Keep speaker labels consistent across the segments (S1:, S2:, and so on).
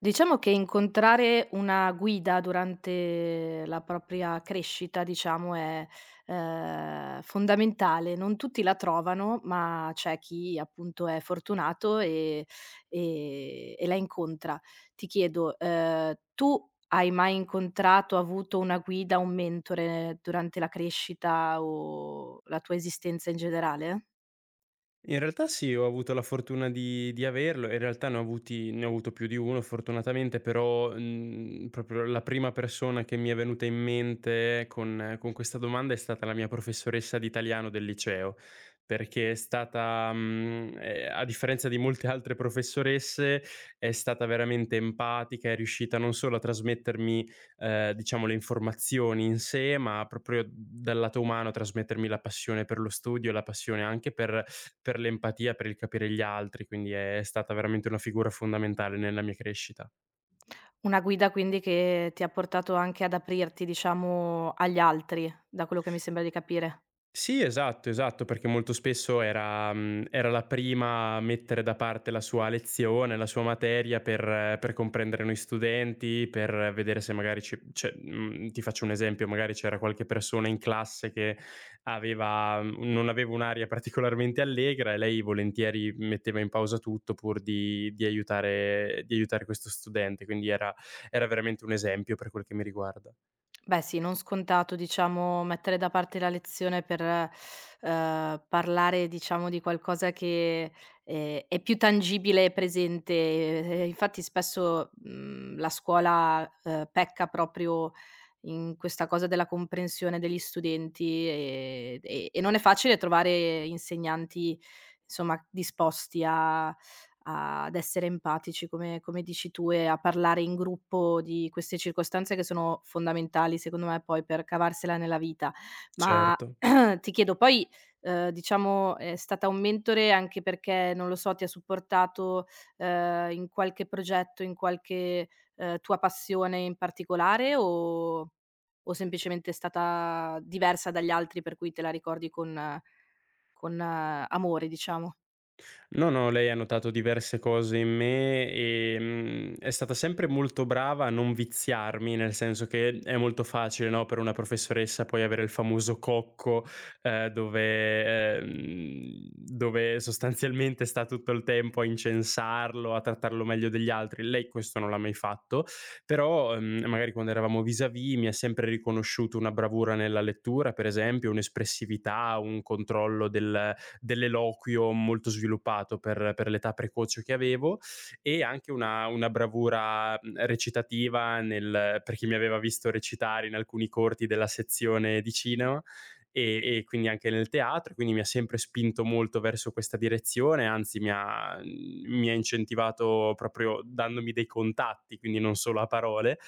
S1: Diciamo che incontrare una guida durante la propria crescita, diciamo, è, fondamentale. Non tutti la trovano, ma c'è chi appunto è fortunato e la incontra. Ti chiedo, tu hai mai incontrato, avuto una guida, un mentore durante la crescita o la tua esistenza in generale?
S2: In realtà sì, ho avuto la fortuna di averlo, in realtà ne ho avuto più di 1 fortunatamente, però, proprio la prima persona che mi è venuta in mente con questa domanda è stata la mia professoressa di italiano del liceo, perché è stata a differenza di molte altre professoresse, è stata veramente empatica, è riuscita non solo a trasmettermi, diciamo le informazioni in sé, ma proprio dal lato umano, trasmettermi la passione per lo studio, la passione anche per l'empatia, per il capire gli altri, quindi è stata veramente una figura fondamentale nella mia crescita.
S1: Una guida quindi che ti ha portato anche ad aprirti, diciamo, agli altri, da quello che mi sembra di capire.
S2: Sì, esatto, esatto, perché molto spesso era la prima a mettere da parte la sua lezione, la sua materia per comprendere noi studenti, per vedere se magari ci cioè, mhmm, ti faccio un esempio, magari c'era qualche persona in classe che non aveva un'aria particolarmente allegra e lei volentieri metteva in pausa tutto pur di aiutare questo studente, quindi era veramente un esempio per quel che mi riguarda.
S1: Beh sì, non scontato diciamo mettere da parte la lezione per, parlare diciamo di qualcosa che, è più tangibile e presente. E infatti spesso, la scuola, pecca proprio in questa cosa della comprensione degli studenti, e non è facile trovare insegnanti, insomma, disposti a ad essere empatici, come come dici tu, e a parlare in gruppo di queste circostanze che sono fondamentali, secondo me, poi per cavarsela nella vita. Ma
S2: Certo.
S1: ti chiedo poi, diciamo, è stata un mentore anche perché, non lo so, ti ha supportato, in qualche progetto, in qualche, tua passione in particolare o semplicemente è stata diversa dagli altri per cui te la ricordi con amore, diciamo?
S2: No, no, lei ha notato diverse cose in me, è stata sempre molto brava a non viziarmi, nel senso che è molto facile, no, per una professoressa poi avere il famoso cocco, dove sostanzialmente sta tutto il tempo a incensarlo, a trattarlo meglio degli altri. Lei questo non l'ha mai fatto, però, magari quando eravamo vis-à-vis mi ha sempre riconosciuto una bravura nella lettura, per esempio, un'espressività, un controllo dell'eloquio molto sviluppato per l'età precoce che avevo e anche una bravura recitativa per chi mi aveva visto recitare in alcuni corti della sezione di cinema e quindi anche nel teatro, quindi mi ha sempre spinto molto verso questa direzione, anzi mi ha incentivato proprio dandomi dei contatti, quindi non solo a parole,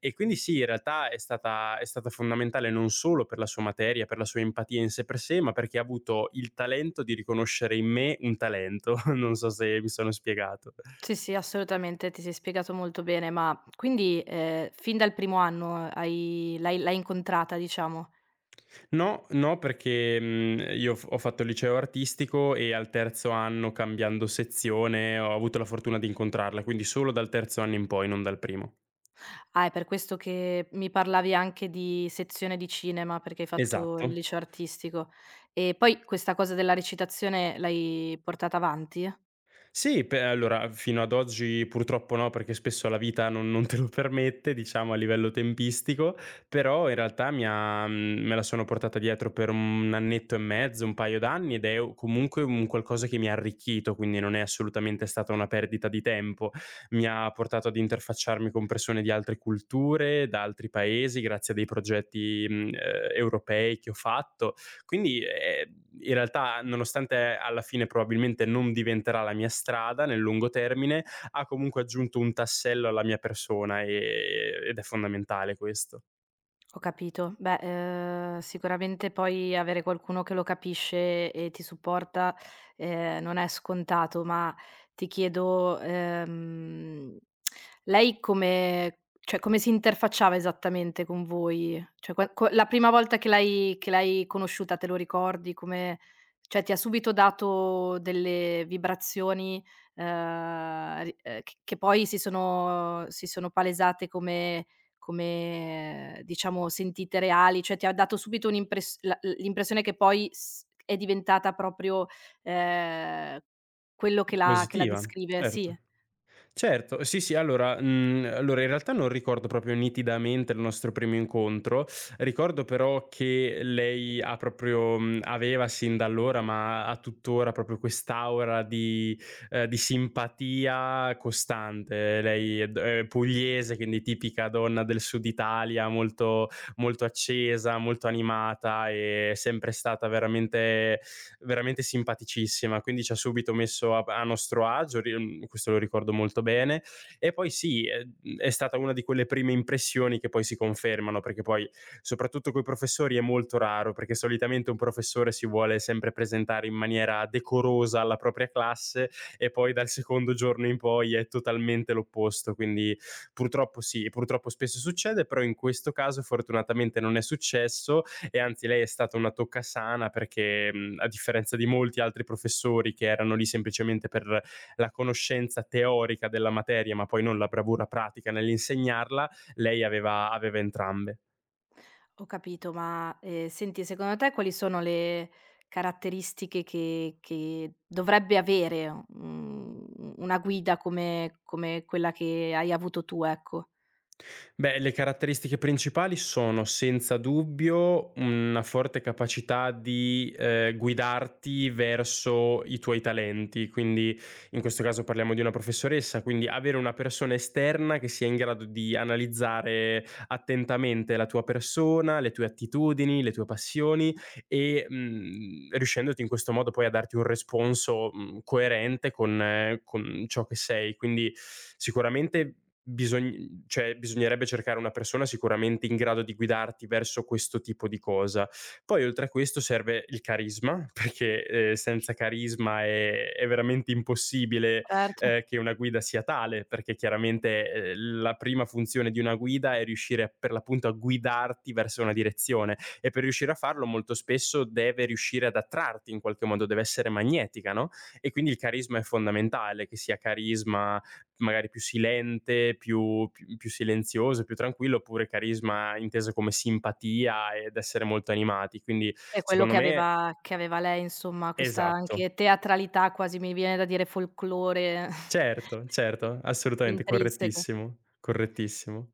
S2: e quindi sì, in realtà è stata fondamentale non solo per la sua materia, per la sua empatia in sé per sé, ma perché ha avuto il talento di riconoscere in me un talento. Non so se mi sono spiegato.
S1: Sì, sì, assolutamente, ti sei spiegato molto bene, ma quindi, fin dal primo anno hai l'hai incontrata, diciamo?
S2: No, no perché, io f ho fatto il liceo artistico e al terzo anno, cambiando sezione, ho avuto la fortuna di incontrarla, quindi solo dal terzo anno in poi, non dal primo.
S1: Ah, è per questo che mi parlavi anche di sezione di cinema, perché hai fatto
S2: Esatto.
S1: il liceo artistico. E poi questa cosa della recitazione l'hai portata avanti?
S2: Sì, pe allora, fino ad oggi purtroppo no, perché spesso la vita non te lo permette, diciamo a livello tempistico, però in realtà me la sono portata dietro per un annetto e mezzo, un paio d'anni ed è u comunque un qualcosa che mi ha arricchito, quindi non è assolutamente stata una perdita di tempo. Mi ha portato ad interfacciarmi con persone di altre culture, da altri paesi, grazie a dei progetti, europei che ho fatto quindi, in realtà, nonostante alla fine probabilmente non diventerà la mia strada nel lungo termine, ha comunque aggiunto un tassello alla mia persona, ed è fondamentale questo.
S1: Ho capito. Beh, sicuramente poi avere qualcuno che lo capisce e ti supporta, non è scontato, ma ti chiedo, lei come cioè come si interfacciava esattamente con voi? Cioè qua co la prima volta che l'hai conosciuta te lo ricordi? Come cioè ti ha subito dato delle vibrazioni, ri che poi si sono palesate come come, diciamo, sentite reali? Cioè, ti ha dato subito un'impres la l'impressione che poi s è diventata proprio, ehm, quello che la
S2: Positiva,
S1: descrive sì,
S2: certo. Certo, sì, sì, allora in realtà non ricordo proprio nitidamente il nostro primo incontro, ricordo però che lei aveva sin da allora, ma ha tuttora proprio quest'aura di simpatia costante. Lei è pugliese, quindi tipica donna del Sud Italia, molto molto accesa, molto animata, è sempre stata veramente veramente simpaticissima, quindi ci ha subito messo a nostro agio, questo lo ricordo molto bene. E poi sì, è stata una di quelle prime impressioni che poi si confermano, perché poi soprattutto con i professori è molto raro, perché solitamente un professore si vuole sempre presentare in maniera decorosa alla propria classe e poi dal secondo giorno in poi è totalmente l'opposto, quindi purtroppo sì, purtroppo spesso succede, però in questo caso fortunatamente non è successo e anzi lei è stata una tocca sana perché a differenza di molti altri professori che erano lì semplicemente per la conoscenza teorica della materia ma poi non la bravura pratica nell'insegnarla, lei aveva entrambe.
S1: ho capito, ma, senti, secondo te quali sono le caratteristiche che dovrebbe avere, u una guida come come quella che hai avuto tu, ecco?
S2: Beh, le caratteristiche principali sono senza dubbio una forte capacità di, guidarti verso i tuoi talenti, quindi in questo caso parliamo di una professoressa, quindi avere una persona esterna che sia in grado di analizzare attentamente la tua persona, le tue attitudini, le tue passioni e, riuscendoti in questo modo poi a darti un responso, coerente con ciò che sei. Quindi sicuramente bisogn cioè bisognerebbe cercare una persona sicuramente in grado di guidarti verso questo tipo di cosa. Poi oltre a questo serve il carisma, perché, senza carisma è veramente impossibile,
S1: Certo.
S2: che una guida sia tale, perché chiaramente, la prima funzione di una guida è riuscire per l'appunto a guidarti verso una direzione e per riuscire a farlo molto spesso deve riuscire ad attrarti in qualche modo, deve essere magnetica, no? E quindi il carisma è fondamentale, che sia carisma magari più silente, più silenzioso, più tranquillo, oppure carisma inteso come simpatia ed essere molto animati. Quindi
S1: È quello
S2: secondo
S1: che
S2: me
S1: aveva lei, insomma, questa
S2: esatto.
S1: anche teatralità quasi, mi viene da dire folklore.
S2: Certo,
S1: I
S2: certo, assolutamente,
S1: intrinseco.
S2: correttissimo, correttissimo.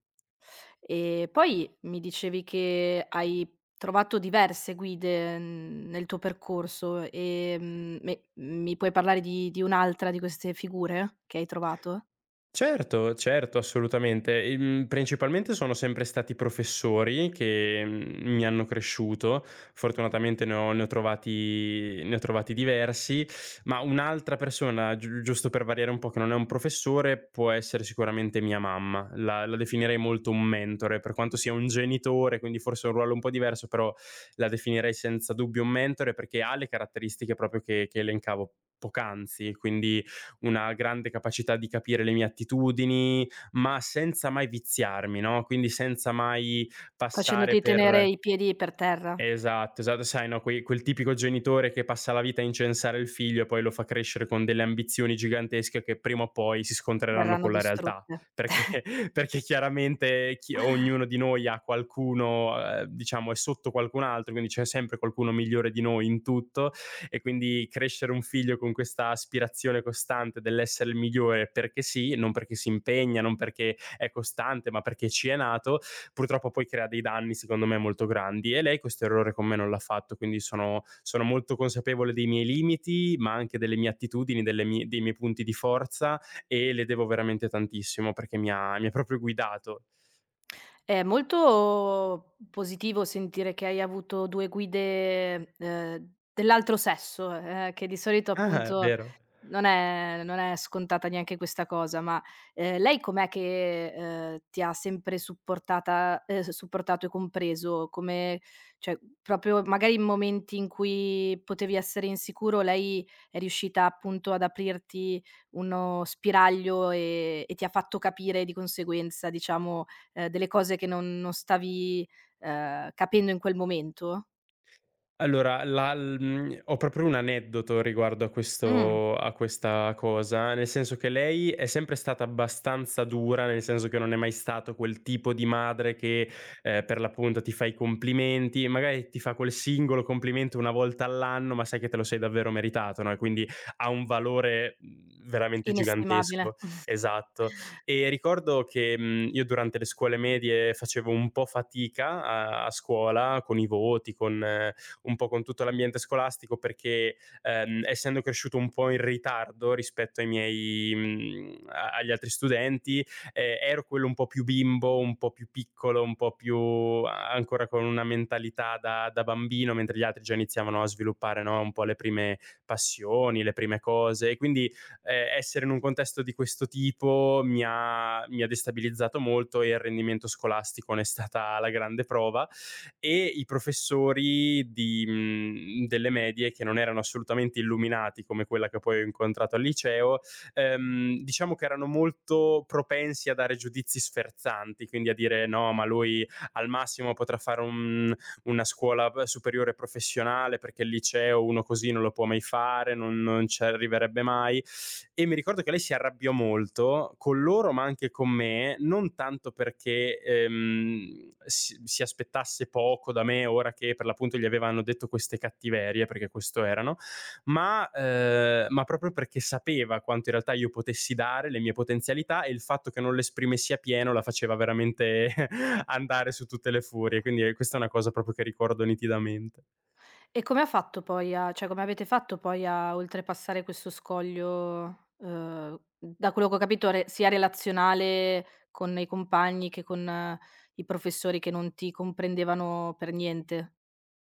S1: E poi mi dicevi che hai trovato diverse guide, nel tuo percorso, me mi puoi parlare di un'altra di queste figure che hai trovato?
S2: Certo, certo, assolutamente. E, principalmente sono sempre stati professori che, mi hanno cresciuto. Fortunatamente ne ho trovati diversi, ma un'altra persona, giusto per variare un po' che non è un professore, può essere sicuramente mia mamma. La definirei molto un mentore, per quanto sia un genitore, quindi forse un ruolo un po' diverso, però la definirei senza dubbio un mentore perché ha le caratteristiche proprio che elencavo poc'anzi, quindi una grande capacità di capire le mie attitudini, ma senza mai viziarmi, no, quindi senza mai passare
S1: Facendoti tenere
S2: per.
S1: i piedi per terra,
S2: Esatto, esatto, sai, no, quei quel tipico genitore che passa la vita a incensare il figlio e poi lo fa crescere con delle ambizioni gigantesche che prima o poi si scontreranno
S1: verranno
S2: con la realtà,
S1: distrutte.
S2: perché perché chiaramente chi ognuno di noi ha qualcuno diciamo è sotto qualcun altro, quindi c'è sempre qualcuno migliore di noi in tutto e quindi crescere un figlio con questa aspirazione costante dell'essere il migliore perché sì, non perché si impegna, non perché è costante, ma perché ci è nato, purtroppo poi crea dei danni secondo me molto grandi e lei questo errore con me non l'ha fatto, quindi sono molto consapevole dei miei limiti, ma anche delle mie attitudini, delle mie dei miei punti di forza e le devo veramente tantissimo perché mi ha proprio guidato.
S1: È molto positivo sentire che hai avuto 2 guide, dell'altro sesso, che di solito
S2: Ah, è
S1: appunto
S2: vero.
S1: non è scontata neanche questa cosa, ma, lei com'è che, ti ha sempre supportata s supportato e compreso? Come cioè, proprio magari in momenti in cui potevi essere insicuro, lei è riuscita appunto ad aprirti uno spiraglio, e ti ha fatto capire di conseguenza, diciamo, delle cose che non stavi, capendo in quel momento?
S2: Allora, ho proprio un aneddoto riguardo
S1: Mh,
S2: a questa cosa, nel senso che lei è sempre stata abbastanza dura, nel senso che non è mai stato quel tipo di madre che, per l'appunto ti fa i complimenti, magari ti fa quel singolo complimento una volta all'anno, ma sai che te lo sei davvero meritato, no, e quindi ha un valore, veramente
S1: inestimabile.
S2: gigantesco. Esatto. E ricordo che, io durante le scuole medie facevo un po' fatica a scuola con i voti, con un po' con tutto l'ambiente scolastico perché, essendo cresciuto un po' in ritardo rispetto ai miei mhmm, a agli altri studenti, ero quello un po' più bimbo, un po' più piccolo, un po' più a ancora con una mentalità da bambino, mentre gli altri già iniziavano a sviluppare, no, un po' le prime passioni, le prime cose e quindi, essere in un contesto di questo tipo mi ha destabilizzato molto e il rendimento scolastico ne è stata la grande prova e i professori delle medie che non erano assolutamente illuminati come quella che poi ho incontrato al liceo, diciamo che erano molto propensi a dare giudizi sferzanti, quindi a dire: "No, ma lui al massimo potrà fare un una scuola p superiore professionale, perché il liceo uno così non lo può mai fare, non ci arriverebbe mai" e mi ricordo che lei si arrabbiò molto con loro, ma anche con me, non tanto perché si aspettasse poco da me ora che per l'appunto gli avevano detto queste cattiverie, perché questo erano, ma proprio perché sapeva quanto in realtà io potessi dare, le mie potenzialità e il fatto che non le esprimessi a pieno la faceva veramente andare su tutte le furie, quindi questa è una cosa proprio che ricordo nitidamente.
S1: E come ha fatto poi a cioè come avete fatto poi a oltrepassare questo scoglio, da quello che ho capito re sia relazionale con i compagni che con i professori che non ti comprendevano per niente?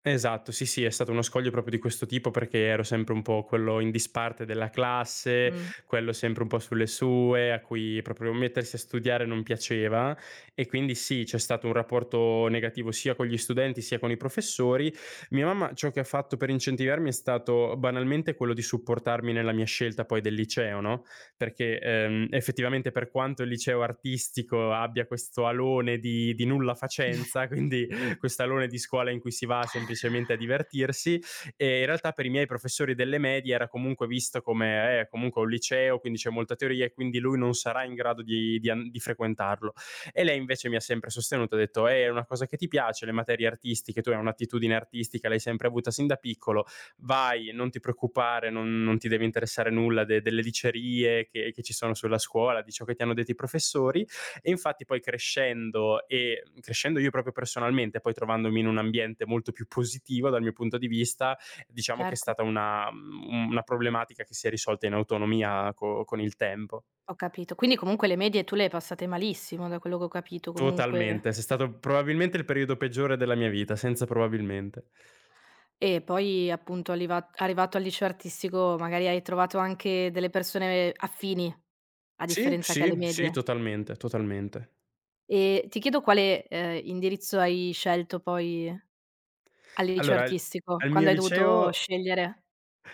S2: Esatto, sì, sì, è stato uno scoglio proprio di questo tipo perché ero sempre un po' quello in disparte della classe,
S1: Mh,
S2: quello sempre un po' sulle sue, a cui proprio mettersi a studiare non piaceva e quindi sì, c'è stato un rapporto negativo sia con gli studenti sia con i professori. Mia mamma ciò che ha fatto per incentivarmi è stato banalmente quello di supportarmi nella mia scelta poi del liceo, no, perché, effettivamente per quanto il liceo artistico abbia questo alone di nulla facenza, quindi questo alone di scuola in cui si va semplicemente a divertirsi e in realtà per i miei professori delle medie era comunque visto come comunque un liceo, quindi c'è molta teoria e quindi lui non sarà in grado di frequentarlo. E lei invece mi ha sempre sostenuto, ha detto è una cosa che ti piace, le materie artistiche, tu hai un'attitudine artistica, l'hai sempre avuta sin da piccolo, vai, non ti preoccupare, non ti deve interessare nulla delle dicerie che ci sono sulla scuola, di ciò che ti hanno detto i professori e infatti poi crescendo e crescendo io proprio personalmente, poi trovandomi in un ambiente molto più positivo dal mio punto di vista, diciamo che è
S1: certo,
S2: stata una problematica che si è risolta in autonomia con il tempo.
S1: ho capito. Quindi comunque le medie tu le hai passate malissimo da quello che ho capito comunque.
S2: Totalmente, è stato probabilmente il periodo peggiore della mia vita, senza probabilmente.
S1: E poi appunto alliva arrivato al liceo artistico magari hai trovato anche delle persone affini, a
S2: Sì,
S1: differenza che alle
S2: sì, sì,
S1: medie.
S2: totalmente, totalmente.
S1: E ti chiedo quale, indirizzo hai scelto poi al liceo
S2: Allora, al
S1: artistico,
S2: al
S1: quando
S2: mio
S1: hai dovuto
S2: liceo.
S1: scegliere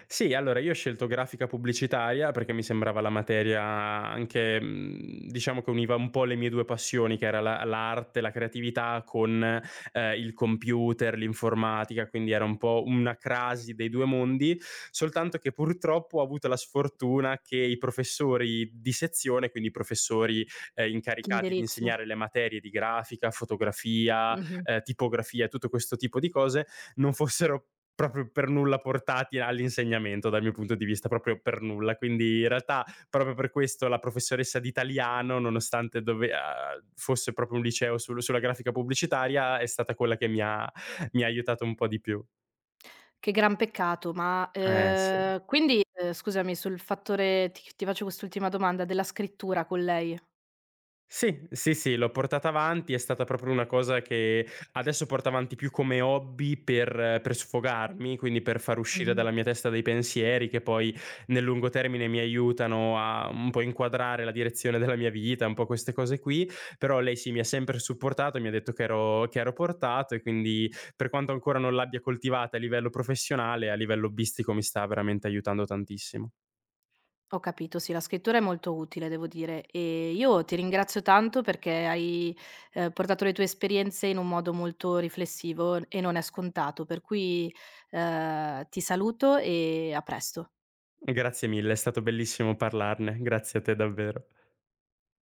S2: Sì, allora io ho scelto grafica pubblicitaria perché mi sembrava la materia anche, diciamo che univa un po' le mie 2 passioni, che era la l'arte, la creatività con, il computer, l'informatica, quindi era un po' una crasi dei 2 mondi, soltanto che purtroppo ho avuto la sfortuna che i professori di sezione, quindi i professori, incaricati di
S1: l'indirizzo.
S2: insegnare le materie di grafica, fotografia,
S1: Mh-mh.
S2: tipografia, tutto questo tipo di cose, non fossero proprio per nulla portati all'insegnamento dal mio punto di vista, proprio per nulla. Quindi in realtà proprio per questo la professoressa di italiano, nonostante fosse proprio un liceo sulla grafica pubblicitaria, è stata quella che mi ha aiutato un po' di più.
S1: Che gran peccato, ma,
S2: Eh sì.
S1: quindi, scusami sul fattore ti faccio quest'ultima domanda, della scrittura con lei.
S2: Sì, sì, sì, l'ho portata avanti, è stata proprio una cosa che adesso porto avanti più come hobby per sfogarmi, quindi per far uscire
S1: Mh-mh.
S2: dalla mia testa dei pensieri che poi nel lungo termine mi aiutano a un po' inquadrare la direzione della mia vita, un po' queste cose qui, però lei sì mi ha sempre supportato, mi ha detto che ero portato e quindi per quanto ancora non l'abbia coltivata a livello professionale, a livello hobbistico mi sta veramente aiutando tantissimo.
S1: Ho capito, sì, la scrittura è molto utile devo dire. E io ti ringrazio tanto perché hai, portato le tue esperienze in un modo molto riflessivo e non è scontato, per cui, ti saluto e a presto.
S2: Grazie mille, è stato bellissimo parlarne, grazie a te davvero.